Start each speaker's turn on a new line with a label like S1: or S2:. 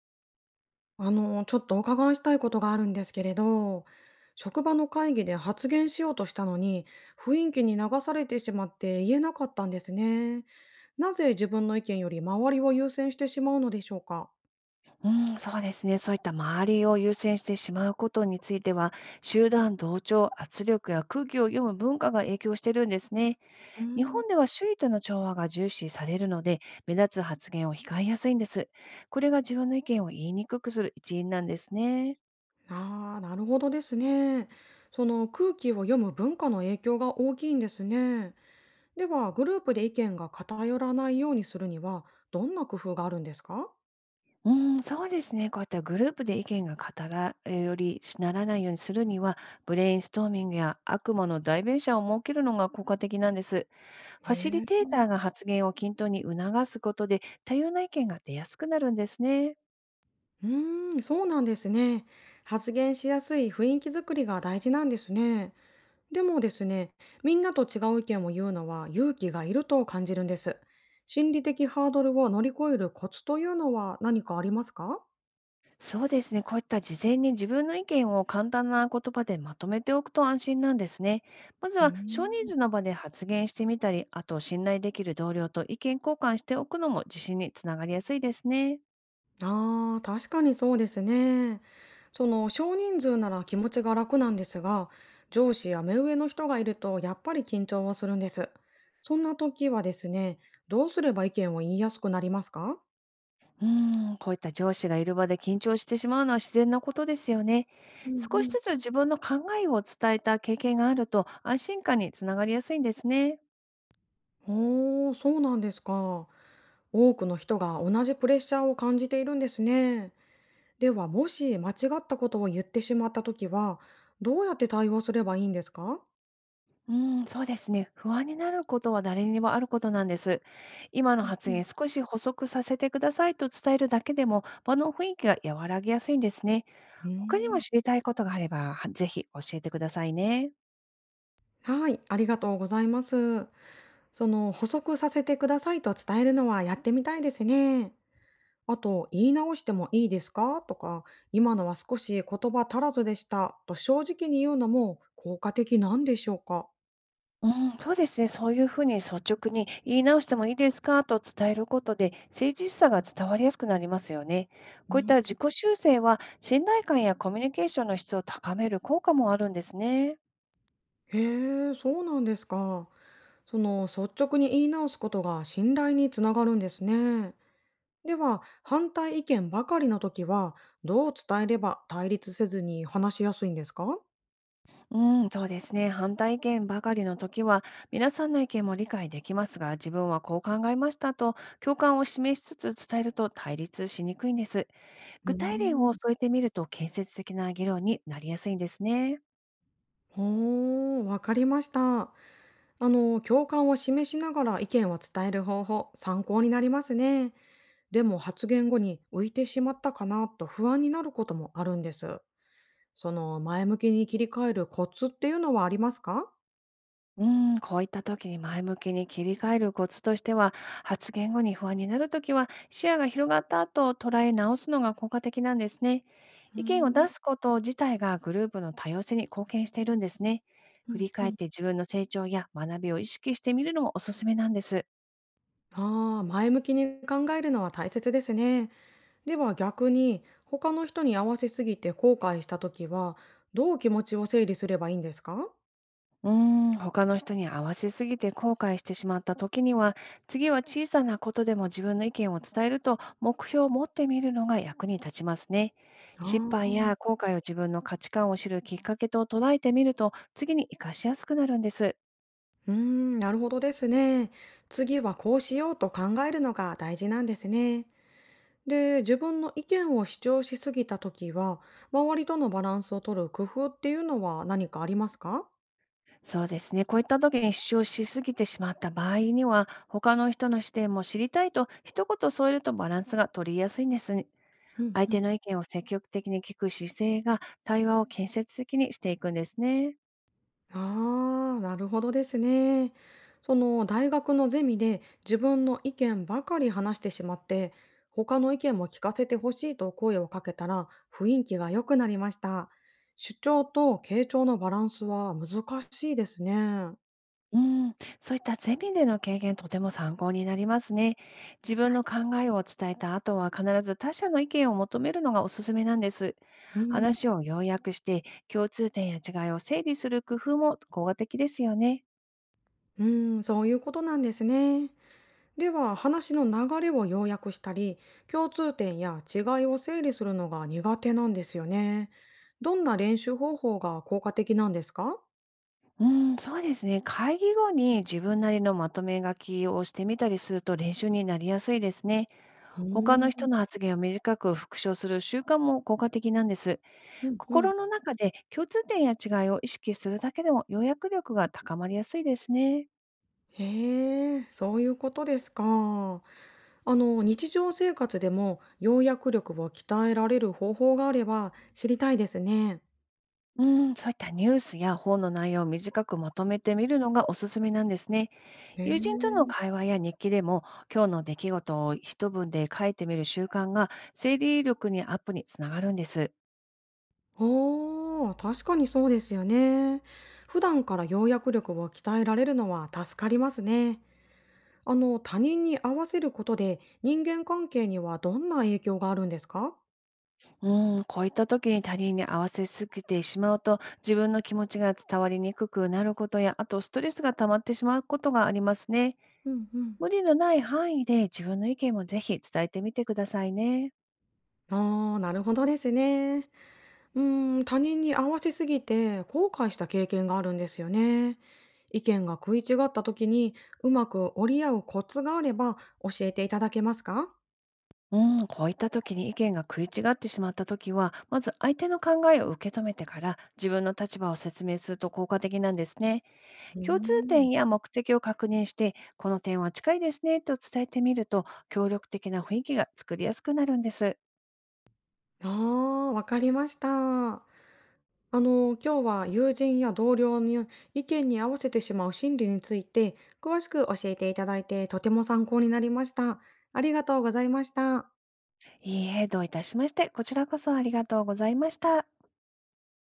S1: あの、ちょっとお伺いしたいことがあるんですけれど、職場の会議で発言しようとしたのに、雰囲気に流されてしまって言えなかったんですね。なぜ自分の意見より周りを優先してしまうのでしょうか。
S2: うん、そうですね。そういった周りを優先してしまうことについては、集団同調、圧力や空気を読む文化が影響してるんですね。
S1: うー
S2: 日
S1: ん、
S2: 本では周囲との調和が重視されるので、目立つ発言を控えやすいんです。これが自分の意見を言いにくくする一因なんですね。
S1: ああ、なるほどですね。その空気を読む文化の影響が大きいんですね。では、グループで意見が偏らないようにするには、どんな工夫があるんですか？
S2: うん、そうですね。こういったグループで意見が語られよりしならないようにするには、ブレインストーミングや悪魔の代弁者を設けるのが効果的なんです。
S1: へ
S2: ファシリ
S1: え。
S2: テーターが発言を均等に促すことで、多様な意見が出やすくなるんですね。
S1: うーん、そうなんですね。発言しやすい雰囲気づくりが大事なんですね。でもですね、みんなと違う意見を言うのは勇気がいると感じるんです。心理的ハードルを乗り越えるコツというのは何かありますか？
S2: そうですね。こういった事前に自分の意見を簡単な言葉でまとめておくと安心なんですね。まず
S1: うー
S2: は少人
S1: ん。
S2: 数の場で発言してみたり、あと信頼できる同僚と意見交換しておくのも自信につながりやすいですね。
S1: ああ、確かにそうですね。その少人数なら気持ちが楽なんですが、上司や目上の人がいるとやっぱり緊張はするんです。そんな時はですね、どうすれば意見を言いやすくなりますか？
S2: こういった上司がいる場で緊張してしまうのは自然なことですよね。
S1: う
S2: 少し
S1: ん。
S2: ずつ自分の考えを伝えた経験があると安心感につながりやすいんですね。
S1: おー、そうなんですか。多くの人が同じプレッシャーを感じているんですね。では、もし間違ったことを言ってしまったときは、どうやって対応すればいいんですか？
S2: うん、そうですね。不安になることは誰にでもあることなんです。今の発
S1: うん、
S2: 言少し補足させてくださいと伝えるだけでも場の雰囲気が和らぎやすいんですね。
S1: うー
S2: 他にも
S1: ん、
S2: 知りたいことがあれば、はぜひ教えてくださいね。
S1: はい、ありがとうございます。その、補足させてくださいと伝えるのはやってみたいですね。あと、言い直してもいいですかとか、今のは少し言葉足らずでしたと正直に言うのも効果的なんでしょうか？
S2: うん、そうですね。そういうふうに率直に言い直してもいいですかと伝えることで誠実さが伝わりやすくなりますよね。
S1: う
S2: こういっ
S1: ん。
S2: た自己修正は信頼感やコミュニケーションの質を高める効果もあるんですね。
S1: へえ、そうなんですか。その率直に言い直すことが信頼につながるんですね。では、反対意見ばかりの時は、どう伝えれば対立せずに話しやすいんですか？
S2: うん、そうですね。反対意見ばかりの時は、皆さんの意見も理解できますが、自分はこう考えましたと共感を示しつつ伝えると対立しにくいんです。
S1: うー
S2: 具体例を
S1: ん。
S2: 添えてみると建設的な議論になりやすいんですね。
S1: ほー、わかりました。あの、共感を示しながら意見を伝える方法、参考になりますね。でも発言後に浮いてしまったかなと不安になることもあるんです。その前向きに切り替えるコツっていうのはありますか？
S2: こういった時に前向きに切り替えるコツとしては、発言後に不安になる時は、視野が広がった後、捉え直すのが効果的なんですね。
S1: うー
S2: 意見を
S1: ん、
S2: 出すこと自体がグループの多様性に貢献しているんですね。
S1: う
S2: 振
S1: ん
S2: り
S1: う
S2: 返っ
S1: ん、
S2: て自分の成長や学びを意識してみるのもおすすめなんです。
S1: ああ、前向きに考えるのは大切ですね。では逆に、他の人に合わせすぎて後悔したときは、どう気持ちを整理すればいいんですか？
S2: 他の人に合わせすぎて後悔してしまった時には、次は小さなことでも自分の意見を伝えると目標を持ってみるのが役に立ちますね。失
S1: ああ、
S2: 敗や後悔を自分の価値観を知るきっかけと捉えてみると、次に活かしやすくなるんです。
S1: うーん、なるほどですね。次はこうしようと考えるのが大事なんですね。で、自分の意見を主張しすぎたときは、周りとのバランスを取る工夫っていうのは何かありますか？
S2: そうですね。こういった時に主張しすぎてしまった場合には、他の人の視点も知りたいと一言添えるとバランスが取りやすいんですね。
S1: うん。
S2: 相手の意見を積極的に聞く姿勢が対話を建設的にしていくんですね。
S1: ああ、なるほどですね。その大学のゼミで自分の意見ばかり話してしまって、他の意見も聞かせてほしいと声をかけたら雰囲気が良くなりました。主張と傾聴のバランスは難しいですね。
S2: うん、そういったゼミでの経験、とても参考になりますね。自分の考えを伝えた後は、必ず他者の意見を求めるのがおすすめなんです。
S1: うん、
S2: 話を要約して、共通点や違いを整理する工夫も効果的ですよね。
S1: うん、そういうことなんですね。では話の流れを要約したり、共通点や違いを整理するのが苦手なんですよね。どんな練習方法が効果的なんですか？
S2: うん、そうですね。会議後に自分なりのまとめ書きをしてみたりすると練習になりやすいですね。
S1: う
S2: 他の
S1: ー
S2: 人
S1: ん。
S2: の発言を短く復唱する習慣も効果的なんです。
S1: うんうん。
S2: 心の中で共通点や違いを意識するだけでも要約力が高まりやすいですね。
S1: へえ、そういうことですか。あの、日常生活でも要約力を鍛えられる方法があれば知りたいですね。
S2: うん、そういったニュースや本の内容を短くまとめてみるのがおすすめなんですね。
S1: へ
S2: 友人と
S1: え。
S2: の会話や日記でも、今日の出来事を一文で書いてみる習慣が、整理力にアップにつながるんです。
S1: おー、確かにそうですよね。普段から要約力を鍛えられるのは助かりますね。あの、他人に合わせることで人間関係にはどんな影響があるんですか？
S2: うん、こういった時に他人に合わせすぎてしまうと、自分の気持ちが伝わりにくくなることや、あとストレスが溜まってしまうことがありますね。
S1: うんうん。
S2: 無理のない範囲で自分の意見もぜひ伝えてみてくださいね。
S1: ああ、なるほどですね。うーん、他人に合わせすぎて後悔した経験があるんですよね。意見が食い違った時にうまく折り合うコツがあれば教えていただけますか？
S2: うん、こういった時に意見が食い違ってしまった時は、まず相手の考えを受け止めてから自分の立場を説明すると効果的なんですね。
S1: うー
S2: 共通
S1: ん。
S2: 点や目的を確認して、この点は近いですねと伝えてみると、協力的な雰囲気が作りやすくなるんです。
S1: ああ、わかりました。あの、今日は友人や同僚に意見に合わせてしまう心理について詳しく教えていただいてとても参考になりました。ありがとうございました。
S2: いいえ、どういたしまして、こちらこそありがとうございました。